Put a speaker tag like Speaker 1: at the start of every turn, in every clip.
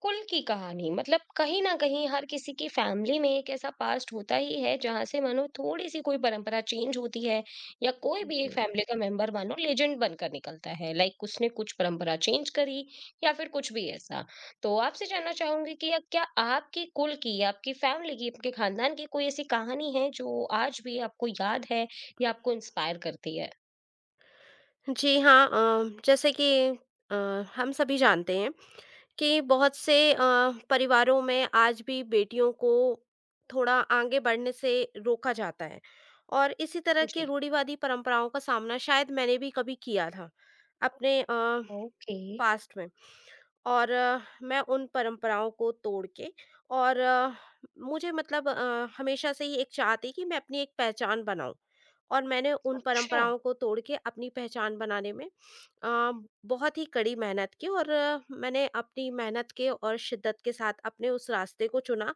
Speaker 1: कुल की कहानी मतलब कहीं न कहीं हर किसी की फैमिली में एक ऐसा पास्ट होता ही है जहाँ से मानो थोड़ी-सी कोई परंपरा चेंज होती है या कोई भी एक
Speaker 2: जी।
Speaker 1: फैमिली का मेंबर मानो लेजेंड बनकर निकलता है। लाइक उसने कुछ परंपरा चेंज करी या फिर कुछ भी ऐसा। तो आपसे जानना चाहूँगी कि क्या आपकी कुल की, आपकी फैमिली की, आपके खानदान की कोई ऐसी कहानी है जो आज भी आपको याद है या आपको इंस्पायर करती है?
Speaker 2: जी हाँ, जैसे कि अ, हम सभी जानते हैं कि बहुत से परिवारों में आज भी बेटियों को थोड़ा आगे बढ़ने से रोका जाता है, और इसी तरह के
Speaker 1: जी।
Speaker 2: रूढ़िवादी परंपराओं का सामना शायद मैंने भी कभी किया था अपने
Speaker 1: ओके,
Speaker 2: पास्ट में। और मैं उन परंपराओं को तोड़ के, और मुझे मतलब हमेशा से ही एक चाह थी कि मैं अपनी एक पहचान बनाऊं, और मैंने उन
Speaker 1: अच्छा,
Speaker 2: परंपराओं को तोड़ के अपनी पहचान बनाने में अ, बहुत ही कड़ी मेहनत की, और मैंने अपनी मेहनत के और शिद्दत के साथ अपने उस रास्ते को चुना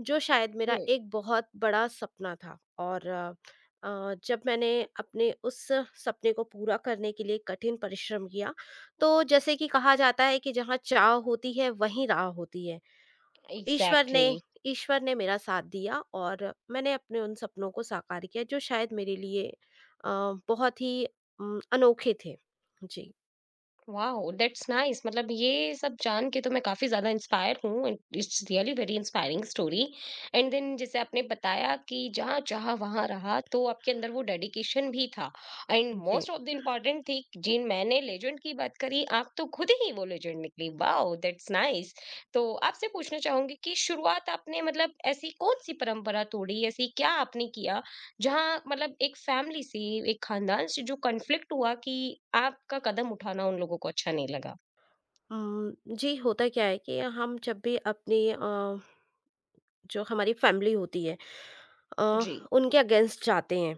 Speaker 2: जो शायद मेरा
Speaker 1: ग्रेट।
Speaker 2: एक बहुत बड़ा सपना था। और जब मैंने अपने उस सपने को पूरा करने के लिए कठिन परिश्रम किया, तो जैसे कि कहा जाता है कि जहाँ चाह होती है वहीं राह होती है। ईश्वर
Speaker 1: एग्ज़ैक्टली।
Speaker 2: ने ईश्वर ने मेरा साथ दिया, और मैंने अपने उन सपनों को साकार किया जो शायद मेरे लिए अ, बहुत ही अनोखे थे। जी,
Speaker 1: वाओ! दैट्स नाइस मतलब ये सब जान के तो मैं काफ़ी ज़्यादा इंस्पायर हूँ। It's really very inspiring story and then जैसे आपने बताया कि जहाँ चाहा वहाँ रहा, तो आपके अंदर वो डेडिकेशन भी था एंड
Speaker 2: जी।
Speaker 1: Most of the important thing जिन मैंने लेजेंड की बात करी, आप तो खुद ही वो लेजेंड निकली। वाओ! That's nice. तो आपसे पूछना चाहूँगी कि शुरुआत आपने मतलब ऐसी कौन-सी परंपरा तोड़ी, ऐसी क्या आपने किया जहाँ मतलब एक फैमिली से एक खानदान से जो कॉन्फ्लिक्ट हुआ कि आपका कदम उठाना उन लोगों को अच्छा नहीं लगा?
Speaker 2: जी, होता क्या है कि हम जब भी अपनी जो हमारी फैमिली होती है अ,
Speaker 1: जी।
Speaker 2: उनके अगेंस्ट जाते हैं,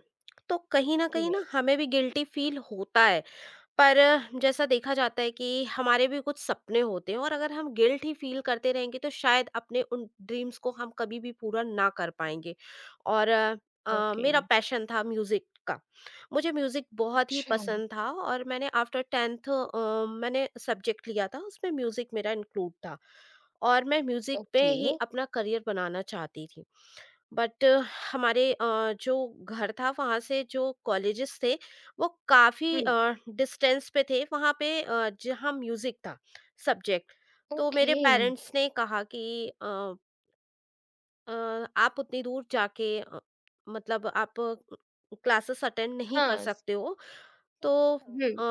Speaker 2: तो कहीं न कहीं ना
Speaker 1: राइट,
Speaker 2: हमें भी गिल्टी फ़ील होता है। पर जैसा देखा जाता है कि हमारे भी कुछ सपने होते हैं, और अगर हम गिल्ट ही फील करते रहेंगे तो शायद अपने उन ड्रीम्स को हम कभी भी पूरा ना कर पाएंगे। और
Speaker 1: ओके।
Speaker 2: मेरा पैशन था म्यूज़िक का। मुझे म्यूज़िक बहुत ही
Speaker 1: अच्छा,
Speaker 2: पसंद था, और मैंने आफ्टर 10th मैंने सब्जेक्ट लिया था, उसमें म्यूज़िक मेरा इंक्लूड था, और मैं म्यूज़िक पे
Speaker 1: ओके।
Speaker 2: ही अपना करियर बनाना चाहती थी। बट हमारे जो घर था वहाँ से जो कॉलेजेस थे वो काफ़ी
Speaker 1: हुँ,
Speaker 2: डिस्टेंस पे थे, वहाँ पे जहाँ म्यूज़िक था सब्जेक्ट। तो मेरे
Speaker 1: ओके।
Speaker 2: पेरेंट्स ने कहा कि अ, आप उतनी दूर जाके मतलब आप क्लासेस अटेंड नहीं कर
Speaker 1: हाँ, स
Speaker 2: सकते हो। तो
Speaker 1: हुँ,
Speaker 2: अ,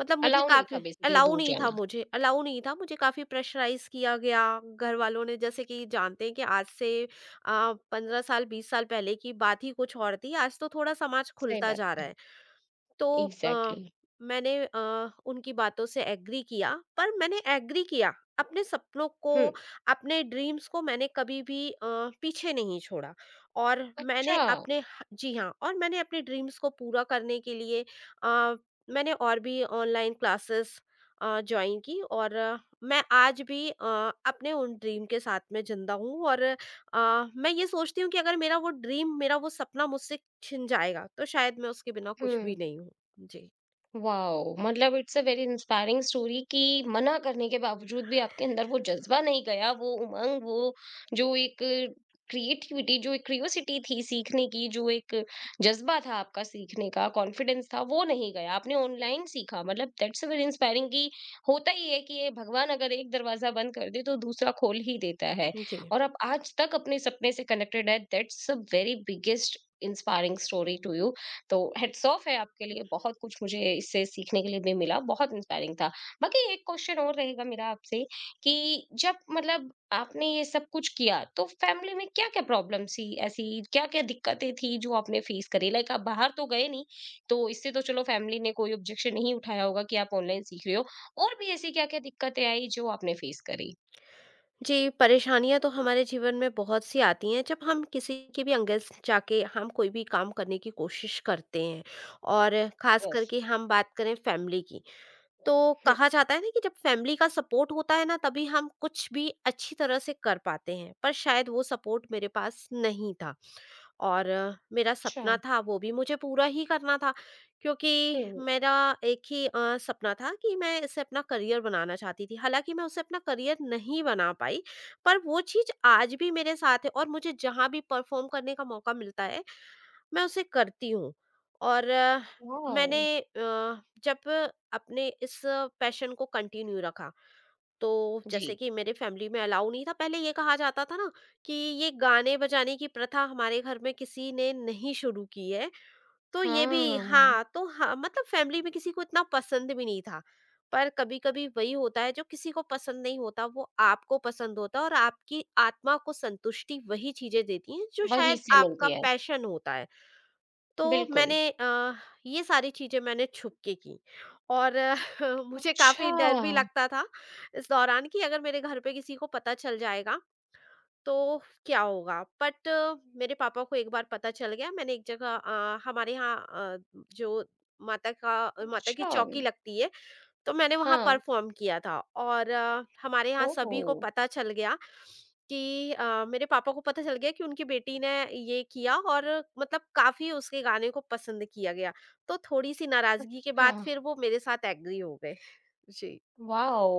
Speaker 2: मतलब मुझे
Speaker 1: अलाउ नहीं था
Speaker 2: काफ़ी
Speaker 1: बेसिकली
Speaker 2: अलाउ
Speaker 1: दूर
Speaker 2: नहीं था,
Speaker 1: जाना।
Speaker 2: मुझे अलाउ नहीं था, मुझे काफ़ी प्रेशराइज़ किया गया घर वालों ने। जैसे कि जानते हैं कि आज से 15 साल 20 साल पहले की बात ही कुछ और थी, आज तो थोड़ा समाज
Speaker 1: सही
Speaker 2: खुलता
Speaker 1: बात
Speaker 2: जा रहा
Speaker 1: है।
Speaker 2: है। तो अ,
Speaker 1: एग्ज़ैक्टली।
Speaker 2: मैंने उनकी बातों से एग्री किया, पर मैंने एग्री किया अपने सपनों को।
Speaker 1: हुँ,
Speaker 2: अपने ड्रीम्स को मैंने कभी भी पीछे नहीं छोड़ा, और
Speaker 1: अच्छा।
Speaker 2: मैंने अपने जी हाँ, और मैंने अपने ड्रीम्स को पूरा करने के लिए अ, मैंने और भी ऑनलाइन क्लासेस ज्वाइन की, और मैं आज भी अपने उन ड्रीम के साथ में जिंदा हूँ, और अ, मैं ये सोचती हूँ कि अगर मेरा वो ड्रीम, मेरा वो सपना मुझसे छिन जाएगा, तो शायद मैं उसके बिना कुछ भी
Speaker 1: हुँ।
Speaker 2: नहीं हूँ। जी,
Speaker 1: वाओ! मतलब it's a very inspiring story कि मना करने के बावजूद भी आपके अंदर वो जज़्बा नहीं गया, वो उमंग, वो जो एक क्रिएटिविटी, जो एक क्यूरियोसिटी थी सीखने की, जो एक जज़्बा था आपका सीखने का, कॉन्फिडेंस था, वो नहीं गया। आपने ऑनलाइन सीखा मतलब दैट्स अ वेरी इंस्पायरिंग कि होता ही है कि ये भगवान अगर एक दरवाज़ा बंद कर दे, तो दूसरा खोल ही देता है।
Speaker 2: जी।
Speaker 1: और आप आज तक अपने सपने से कनेक्टेड है, that's a very biggest inspiring story to you. तो हैट्स ऑफ है आपके लिए, बहुत कुछ मुझे इससे सीखने के लिए भी मिला, बहुत इंस्पायरिंग था। बाकी एक क्वेश्चन और रहेगा मेरा आपसे कि जब मतलब आपने ये सब कुछ किया, तो फैमिली में क्या-क्या प्रॉब्लम थी ऐसी, क्या-क्या दिक्कतें थी जो आपने फेस करी? लाइक आप बाहर तो गए नहीं, तो इससे तो चलो फैमिली ने कोई ऑब्जेक्शन नहीं उठाया होगा कि आप ऑनलाइन सीख रहे हो। और भी ऐसी क्या-क्या दिक्कतें आई जो आपने फेस करी?
Speaker 2: जी, परेशानियाँ तो हमारे जीवन में बहुत सी आती हैं जब हम किसी के भी अगेंस्ट जाके हम कोई भी काम करने की कोशिश करते हैं, और ख़ास
Speaker 1: यस।
Speaker 2: करके हम बात करें फैमिली की, तो
Speaker 1: हुँ,
Speaker 2: कहा जाता है ना कि जब फैमिली का सपोर्ट होता है ना तभी हम कुछ भी अच्छी तरह से कर पाते हैं, पर शायद वो सपोर्ट मेरे पास नहीं था। और मेरा
Speaker 1: अच्छा।
Speaker 2: सपना था, वो भी मुझे पूरा ही करना था, क्योंकि
Speaker 1: हुँ,
Speaker 2: मेरा एक ही सपना था कि मैं इसे अपना करियर बनाना चाहती थी। हालाँकि मैं उसे अपना करियर नहीं बना पाई, पर वो चीज़ आज भी मेरे साथ है, और मुझे जहाँ भी परफ़ॉर्म करने का मौका मिलता है, मैं उसे करती हूँ। और
Speaker 1: वाओ!
Speaker 2: मैंने जब अपने इस पैशन को कंटिन्यू रखा, तो जैसे
Speaker 1: जी।
Speaker 2: कि मेरे फैमिली में अलाउ नहीं था, पहले ये कहा जाता था ना कि ये गाने बजाने की प्रथा हमारे घर में किसी ने नहीं शुरू की है। तो ये भी
Speaker 1: हाँ,
Speaker 2: हाँ, तो हाँ, मतलब फैमिली में किसी को इतना पसंद भी नहीं था। पर कभी कभी वही होता है जो किसी को पसंद नहीं होता वो आपको पसंद होता है, और आपकी आत्मा को संतुष्टि वही चीजें देती हैं जो
Speaker 1: वहीं
Speaker 2: शायद
Speaker 1: से
Speaker 2: आपका
Speaker 1: मिलती है।
Speaker 2: पैशन होता है। तो
Speaker 1: बिल्कुल।
Speaker 2: मैंने ये सारी चीज़ें मैंने छुप के की, और मुझे काफ़ी डर भी
Speaker 1: अच्छा!
Speaker 2: लगता था इस दौरान कि अगर मेरे घर पे किसी को पता चल जाएगा तो क्या होगा। बट मेरे पापा को एक बार पता चल गया। मैंने एक जगह हमारे यहाँ जो माता का, माता की
Speaker 1: अच्छा!
Speaker 2: चौकी लगती है, तो मैंने वहाँ
Speaker 1: हाँ,
Speaker 2: परफ़ॉर्म किया था, और हमारे यहाँ सभी को
Speaker 1: ओह!
Speaker 2: पता चल गया कि मेरे पापा को पता चल गया कि उनकी बेटी ने ये किया, और मतलब काफ़ी उसके गाने को पसंद किया गया। तो थोड़ी-सी नाराज़गी के बाद
Speaker 1: अच्छा।
Speaker 2: फिर वो मेरे साथ एग्री हो गए। जी।
Speaker 1: वाओ!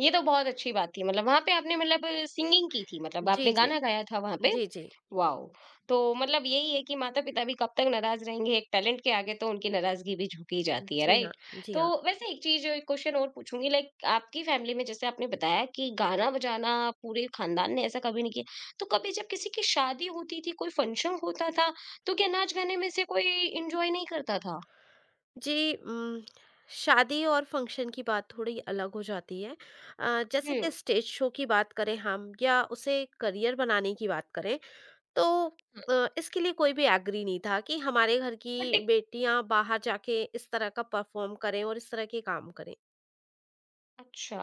Speaker 1: ये तो बहुत अच्छी बात थी मतलब वहाँ पे आपने मतलब सिंगिंग की थी मतलब
Speaker 2: जी,
Speaker 1: आपने
Speaker 2: जी।
Speaker 1: गाना गाया था वहाँ पे?
Speaker 2: जी, जी।
Speaker 1: वाओ! तो मतलब यही है कि माता-पिता भी कब तक नाराज़ रहेंगे, एक टैलेंट के आगे तो उनकी नाराज़गी भी झुक ही जाती है,
Speaker 2: जी
Speaker 1: राइट?
Speaker 2: हाँ, जी
Speaker 1: तो
Speaker 2: हाँ।
Speaker 1: वैसे एक चीज़ एक क्वेश्चन और पूछूँगी लाइक आपकी फैमिली में जैसे आपने बताया कि गाना-बजाना पूरे खानदान ने ऐसा कभी नहीं किया, तो कभी जब किसी की शादी होती थी, कोई फंक्शन होता था, तो क्या नाच-गाने में से कोई एन्जॉय नहीं करता था?
Speaker 2: जी, शादी और फ़ंक्शन की बात थोड़ी अलग हो जाती है। जैसे
Speaker 1: हुँ।
Speaker 2: कि स्टेज शो की बात करें हम, या उसे करियर बनाने की बात करें, तो
Speaker 1: हाँ।
Speaker 2: इसके लिए कोई भी एग्री नहीं था कि हमारे घर
Speaker 1: बट
Speaker 2: की
Speaker 1: एक
Speaker 2: बेटियां बाहर जाके इस तरह का परफॉर्म करें और इस तरह के काम करें।
Speaker 1: अच्छा,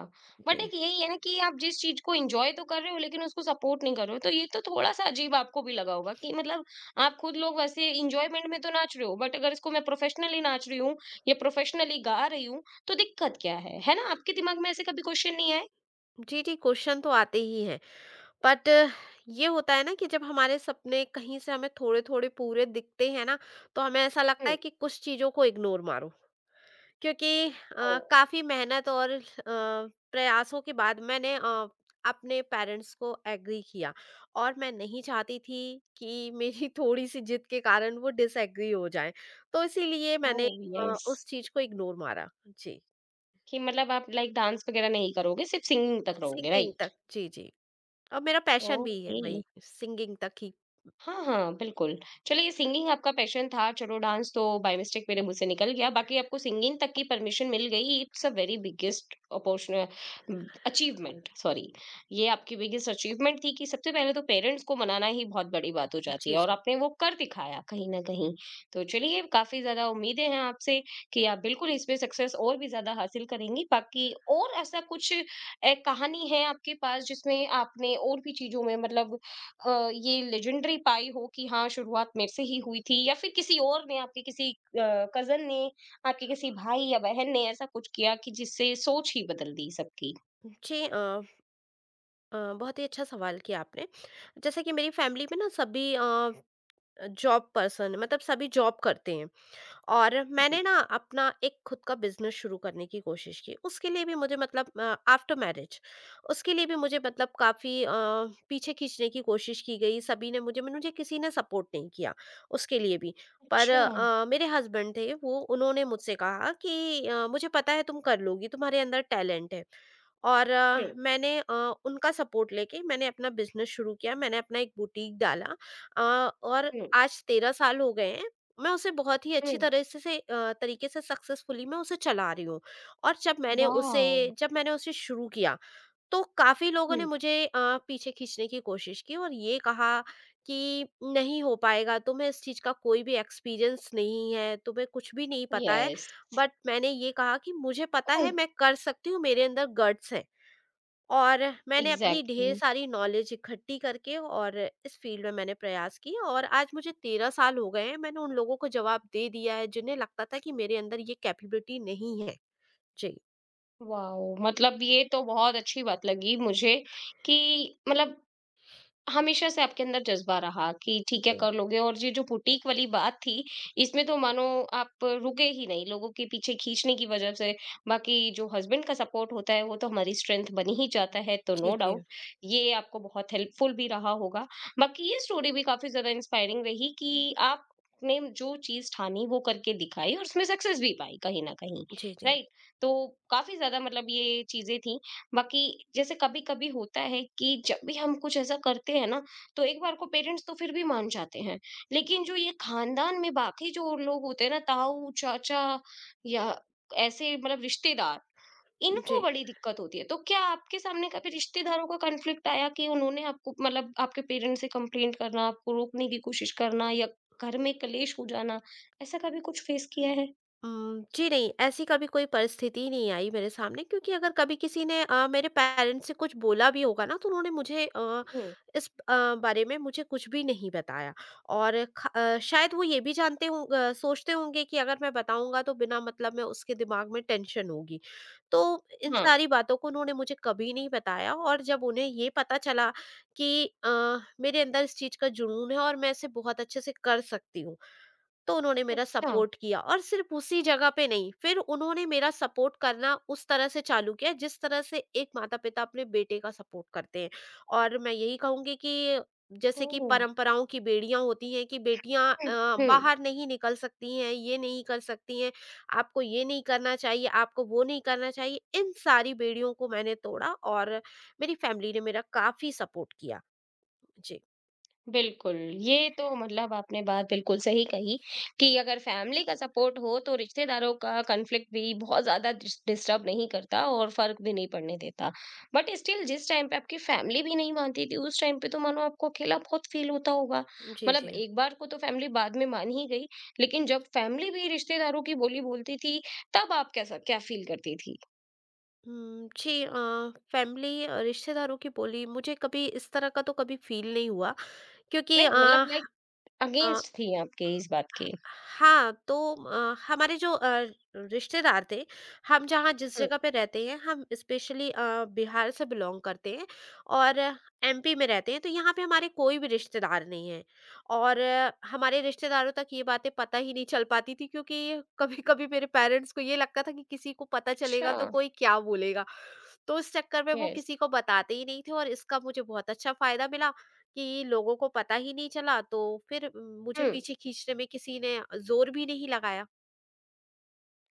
Speaker 1: बट
Speaker 2: जी,
Speaker 1: एक यही है ना कि आप जिस चीज़ को एन्जॉय तो कर रहे हो लेकिन उसको सपोर्ट नहीं कर रहे हो, तो ये तो थोड़ा-सा अजीब आपको भी लगा होगा कि मतलब आप खुद लोग वैसे एन्जॉयमेंट में तो नाच रहे हो, बट अगर इसको मैं प्रोफेशनली नाच रही हूँ या प्रोफेशनली गा रही हूँ, तो दिक्कत क्या है? है ना? आपके दिमाग में ऐसे कभी क्वेश्चन नहीं आए?
Speaker 2: जी, जी, क्वेश्चन तो आते ही हैं। बट ये होता है ना कि जब हमारे सपने कहीं से हमें थोड़े थोड़े पूरे दिखते हैं ना, तो हमें ऐसा लगता
Speaker 1: हुँ,
Speaker 2: है कि कुछ चीजों को इग्नोर मारो, क्योंकि
Speaker 1: ओह!
Speaker 2: काफ़ी मेहनत और प्रयासों के बाद मैंने अपने पेरेंट्स को एग्री किया, और मैं नहीं चाहती थी कि मेरी थोड़ी-सी जिद के कारण वो डिसएग्री हो जाएँ। तो इसीलिए मैंने
Speaker 1: ओह! यस,
Speaker 2: उस चीज़ को इग्नोर मारा। जी,
Speaker 1: कि मतलब आप लाइक डांस वगैरह नहीं करोगे, सिर्फ सिंगिंग तक रहोगे,
Speaker 2: सिंगिंग
Speaker 1: राइट?
Speaker 2: तक। जी, जी। और मेरा पैशन भी है
Speaker 1: ओके।
Speaker 2: वही, सिंगिंग तक ही।
Speaker 1: हाँ, हाँ, बिल्कुल। चलिए सिंगिंग आपका पैशन था, चलो डांस तो बाय मिस्टेक मेरे मुँह से निकल गया, बाकी आपको सिंगिंग तक की परमिशन मिल गई, it's a very biggest opportun achievement sorry, ये आपकी बिगेस्ट अचीवमेंट थी कि सबसे पहले तो पेरेंट्स को मनाना ही बहुत बड़ी बात हो जाती है
Speaker 2: जी,
Speaker 1: और
Speaker 2: जी।
Speaker 1: आपने वो कर दिखाया कहीं न कहीं। तो चलिए काफ़ी ज़्यादा उम्मीदें हैं आपसे कि आप बिल्कुल इसमें सक्सेस और भी ज़्यादा हासिल करेंगी। बाकी और ऐसा कुछ ए, कहानी है आपके पास जिसमें आपने और भी चीज़ों में मतलब ये लेजेंडरी पाई हो कि हाँ शुरुआत मेरे से ही हुई थी या फिर किसी और ने आपके किसी कजन ने आपके किसी भाई या बहन ने ऐसा कुछ किया कि जिससे सोच ही बदल दी सबकी।
Speaker 2: जी, बहुत ही अच्छा सवाल किया आपने। जैसे कि मेरी फैमिली में ना सभी जॉब पर्सन, मतलब सभी जॉब करते हैं। और मैंने
Speaker 1: जी,
Speaker 2: ना अपना एक खुद का बिजनेस शुरू करने की कोशिश की, उसके लिए भी मुझे, मतलब आफ्टर मैरिज उसके लिए भी मुझे मतलब काफ़ी पीछे खींचने की कोशिश की गई। सभी ने मुझे मुझे किसी ने सपोर्ट नहीं किया उसके लिए भी। पर
Speaker 1: अच्छा,
Speaker 2: मेरे हस्बैंड थे, वो, उन्होंने मुझसे कहा कि मुझे पता है तुम कर लोगी, तुम्हारे अंदर टैलेंट है। और
Speaker 1: हम्म,
Speaker 2: मैंने उनका सपोर्ट लेके मैंने अपना बिज़नेस शुरू किया, मैंने अपना एक बुटीक डाला, अ, और
Speaker 1: हम्म,
Speaker 2: आज 13 साल हो गए हैं। मैं उसे बहुत ही अच्छी
Speaker 1: हम्म,
Speaker 2: तरह से तरीके से सक्सेसफुली मैं उसे चला रही हूँ। और जब मैंने उसे
Speaker 1: वाओ,
Speaker 2: जब मैंने उसे शुरू किया, तो काफ़ी लोगों ने
Speaker 1: हम्म,
Speaker 2: मुझे पीछे खींचने की कोशिश की और ये कहा कि, "नहीं हो पाएगा, तुम्हें इस चीज़ का कोई भी एक्सपीरियंस नहीं है, तुम्हें कुछ भी नहीं पता है।"
Speaker 1: यस,
Speaker 2: बट मैंने ये कहा कि, "मुझे पता है, मैं कर सकती हूँ, मेरे अंदर गट्स है।" और मैंने अपनी
Speaker 1: एग्जैक्टली,
Speaker 2: ढेर सारी नॉलेज इकट्ठी करके, और इस फील्ड में मैंने प्रयास किए, और आज मुझे 13 साल हो गए हैं, मैंने उन लोगों को जवाब दे दिया है जिन्हें लगता था कि मेरे अंदर ये कैपेबिलिटी नहीं है। जी।
Speaker 1: वाओ! मतलब ये तो बहुत अच्छी बात लगी मुझे कि मतलब हमेशा से आपके अंदर जज़्बा रहा कि ठीक है
Speaker 2: जी।
Speaker 1: कर लोगे और ये जो बुटीक वाली बात थी, इसमें तो मानो आप रुके ही नहीं, लोगों के पीछे खींचने की वज़ह से। बाकी जो हस्बैंड का सपोर्ट होता है वो तो हमारी स्ट्रेंथ बन ही जाता है, तो
Speaker 2: जी,
Speaker 1: नो
Speaker 2: जी।
Speaker 1: डाउट ये आपको बहुत हेल्पफुल भी रहा होगा। बाकी ये स्टोरी भी काफ़ी ज़्यादा इंस्पायरिंग रही कि आपने जो चीज़ ठानी वो करके दिखाई और उसमें सक्सेस भी पाई कहीं न कहीं,
Speaker 2: जी, जी।
Speaker 1: राइट? तो काफ़ी ज़्यादा मतलब ये चीज़ें थी। बाकी जैसे कभी कभी होता है कि जब भी हम कुछ ऐसा करते हैं ना तो एक बार को पेरेंट्स तो फिर भी मान जाते हैं लेकिन जो ये खानदान में बाकी जो लोग होते हैं ना ताऊ चाचा या ऐसे मतलब रिश्तेदार इनको
Speaker 2: जी।
Speaker 1: बड़ी दिक्कत होती है तो क्या आपके सामने कभी रिश्तेदारों का कॉन्फ्लिक्ट आया कि उन्होंने आपको मतलब आपके पेरेंट्स से कंप्लेंट करना आपको रोकने की कोशिश करना या घर में कलेश हो जाना ऐसा कभी कुछ फेस किया है?
Speaker 2: जी नहीं, ऐसी कभी कोई परिस्थिति नहीं आई मेरे सामने, क्योंकि अगर कभी किसी ने मेरे पेरेंट्स से कुछ बोला भी होगा ना, तो उन्होंने मुझे
Speaker 1: हम्म,
Speaker 2: इस बारे में मुझे कुछ भी नहीं बताया। और शायद वो ये भी जानते हों, सोचते होंगे कि अगर मैं बताऊँगा तो बिना मतलब में उसके दिमाग में टेंशन होगी। तो इन
Speaker 1: हाँ,
Speaker 2: सारी बातों को उन्होंने मुझे कभी नहीं बताया, और जब उन्हें ये पता चला कि मेरे अंदर इस चीज़ का जुनून है और मैं इसे बहुत अच्छे से कर सकती हूँ, तो उन्होंने मेरा
Speaker 1: अच्छा,
Speaker 2: सपोर्ट किया, और सिर्फ उसी जगह पे नहीं, फिर उन्होंने मेरा सपोर्ट करना उस तरह से चालू किया जिस तरह से एक माता-पिता अपने बेटे का सपोर्ट करते हैं। और मैं यही कहूँगी कि जैसे कि
Speaker 1: ओह,
Speaker 2: परंपराओं की बेड़ियाँ होती हैं कि बेटियाँ
Speaker 1: हम्म, हम्म,
Speaker 2: बाहर नहीं निकल सकती हैं, ये नहीं कर सकती हैं, आपको ये नहीं करना चाहिए, आपको वो नहीं करना चाहिए। इन सारी बेड़ियों को मैंने तोड़ा, और मेरी फैमिली ने मेरा काफ़ी सपोर्ट किया। जी।
Speaker 1: बिल्कुल, ये तो मतलब आपने बात बिल्कुल सही कही कि अगर फैमिली का सपोर्ट हो तो रिश्तेदारों का कॉन्फ्लिक्ट भी बहुत ज़्यादा डिस्टर्ब नहीं करता और फ़र्क भी नहीं पड़ने देता। बट स्टिल जिस टाइम पे आपकी फैमिली भी नहीं मानती थी उस टाइम पे तो मानो आपको अकेला बहुत फ़ील होता होगा।
Speaker 2: जी,
Speaker 1: मतलब
Speaker 2: जी।
Speaker 1: एक बार को तो फैमिली बाद में मान ही गई, लेकिन जब फैमिली भी रिश्तेदारों की बोली बोलती थी तब आप कैसा क्या फ़ील करती थी?
Speaker 2: हुँ, जी, फैमिली रिश्तेदारों की बोली मुझे कभी इस तरह का तो कभी फ़ील नहीं हुआ, क्योंकि
Speaker 1: नहीं मतलब लाइक
Speaker 2: अ,
Speaker 1: अगेंस्ट थी आपके इस बात के।
Speaker 2: हाँ, तो हमारे जो रिश्तेदार थे, हम जहाँ जिस
Speaker 1: हुँ,
Speaker 2: जगह पे रहते हैं, हम स्पेशली बिहार से बिलॉन्ग करते हैं, और एमपी में रहते हैं, तो यहाँ पे हमारे कोई भी रिश्तेदार नहीं हैं। और हमारे रिश्तेदारों तक ये बातें पता ही नहीं चल पाती थी, क्योंकि कभी-कभी मेरे पेरेंट्स को ये लगता था कि किसी को पता
Speaker 1: अच्छा,
Speaker 2: चलेगा तो कोई क्या बोलेगा? तो इस चक्कर में वो
Speaker 1: येस।
Speaker 2: किसी को बताते ही नहीं थे, और इसका मुझे बहुत अच्छा फ़ायदा मिला कि लोगों को पता ही नहीं चला, तो फिर मुझे
Speaker 1: हुँ।
Speaker 2: पीछे खींचने में किसी ने ज़ोर भी नहीं लगाया।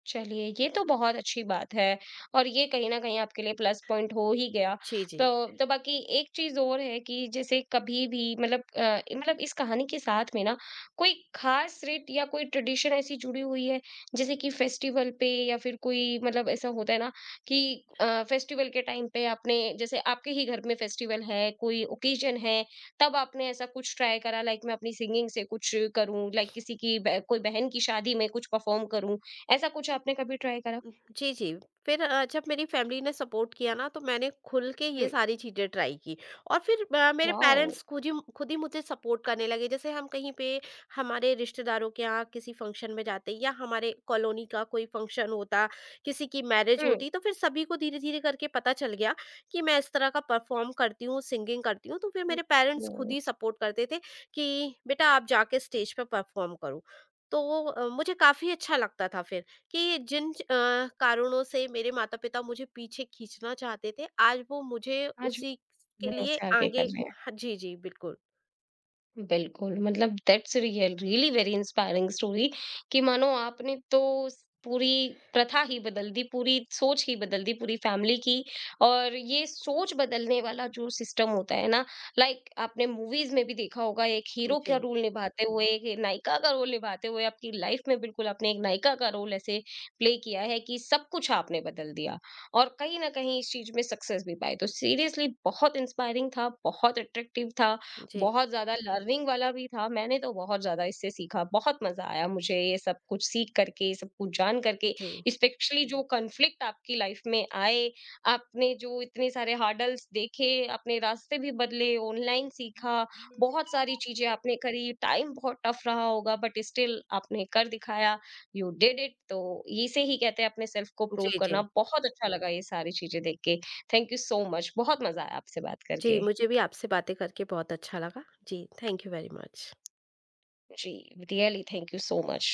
Speaker 1: चलिए, ये तो बहुत अच्छी बात है और ये कहीं न कहीं आपके लिए प्लस पॉइंट हो ही गया।
Speaker 2: जी,
Speaker 1: तो
Speaker 2: जी।
Speaker 1: बाकी एक चीज़ और है कि जैसे कभी भी मतलब मतलब इस कहानी के साथ में ना कोई ख़ास रीत या कोई ट्रेडिशन ऐसी जुड़ी हुई है? जैसे कि फेस्टिवल पे या फिर कोई मतलब ऐसा होता है ना कि फेस्टिवल के टाइम पे आपने जैसे आपके ही घर में फेस्टिवल है, कोई ओकेज़न है, तब आपने ऐसा कुछ ट्राई करा लाइक मैं अपनी सिंगिंग से कुछ करूँ, लाइक किसी की ब कोई बहन की शादी में कुछ परफ़ॉर्म करूँ, ऐसा कुछ आपने कभी ट्राई करा?
Speaker 2: जी, जी। फिर जब मेरी फैमिली ने सपोर्ट किया ना, तो मैंने खुल के ये
Speaker 1: हुँ,
Speaker 2: सारी चीज़ें ट्राई की, और फिर मेरे
Speaker 1: वॉव!
Speaker 2: पेरेंट्स खुद ही खुद ही मुझे सपोर्ट करने लगे। जैसे हम कहीं पे हमारे रिश्तेदारों के यहाँ किसी फंक्शन में जाते, या हमारे कॉलोनी का कोई फंक्शन होता, किसी की मैरिज
Speaker 1: हुँ,
Speaker 2: होती, तो फिर सभी को धीरे-धीरे करके पता चल गया कि मैं इस तरह का परफॉर्म करती हूँ, सिंगिंग करती हूँ। तो फिर
Speaker 1: हुँ,
Speaker 2: मेरे पेरेंट्स खुद
Speaker 1: ओह!
Speaker 2: ही सपोर्ट करते थे कि, "बेटा, आप जाके स्टेज पे परफॉर्म करो।" तो मुझे काफ़ी अच्छा लगता था फिर। कि जिन कारणों से मेरे माता-पिता मुझे पीछे खींचना चाहते थे, आज वो मुझे
Speaker 1: आज
Speaker 2: उसी
Speaker 1: भी
Speaker 2: के
Speaker 1: हम
Speaker 2: लिए
Speaker 1: उससे आगे कर
Speaker 2: आगे।
Speaker 1: रहे हैं।
Speaker 2: हाँ, जी, जी, बिल्कुल।
Speaker 1: बिल्कुल, मतलब that's really very inspiring story कि मानो आपने तो स पूरी प्रथा ही बदल दी, पूरी सोच ही बदल दी पूरी फैमिली की और ये सोच बदलने वाला जो सिस्टम होता है ना, लाइक आपने मूवीज़ में भी देखा होगा एक हीरो का
Speaker 2: जी,
Speaker 1: रोल निभाते हुए, एक नायिका का रोल निभाते हुए आपकी लाइफ में बिल्कुल आपने एक नायिका का रोल ऐसे प्ले किया है कि सब कुछ आपने बदल दिया और कहीं न कहीं इस चीज़ में सक्सेस भी पाए। तो सीरियसली बहुत इंस्पायरिंग था, बहुत अट्रैक्टिव था,
Speaker 2: जी,
Speaker 1: बहुत ज़्यादा लर्निंग वाला भी था, मैंने तो बहुत ज़्यादा इससे सीखा, बहुत मज़ा आया मुझे ये सब कुछ सीख करके, ये सब कुछ जान करके,
Speaker 2: जी,
Speaker 1: स्पेशली जो कॉन्फ्लिक्ट आपकी लाइफ में आए, आपने जो इतने सारे हर्डल्स देखे, अपने रास्ते भी बदले, ऑनलाइन सीखा, बहुत सारी चीज़ें आपने करी, टाइम बहुत टफ रहा होगा बट स्टिल आपने कर दिखाया, यू डिड इट तो इसे ही कहते हैं अपने सेल्फ को प्रूव
Speaker 2: जी,
Speaker 1: करना,
Speaker 2: जी।
Speaker 1: बहुत अच्छा लगा ये सारी चीज़ें देख के। थैंक यू सो मच, बहुत मज़ा आया आपसे बात
Speaker 2: जी,
Speaker 1: करके।
Speaker 2: मुझे भी आपसे बातें करके बहुत अच्छा लगा। जी, थैंक यू वेरी मच।
Speaker 1: জি, really, thank you so much.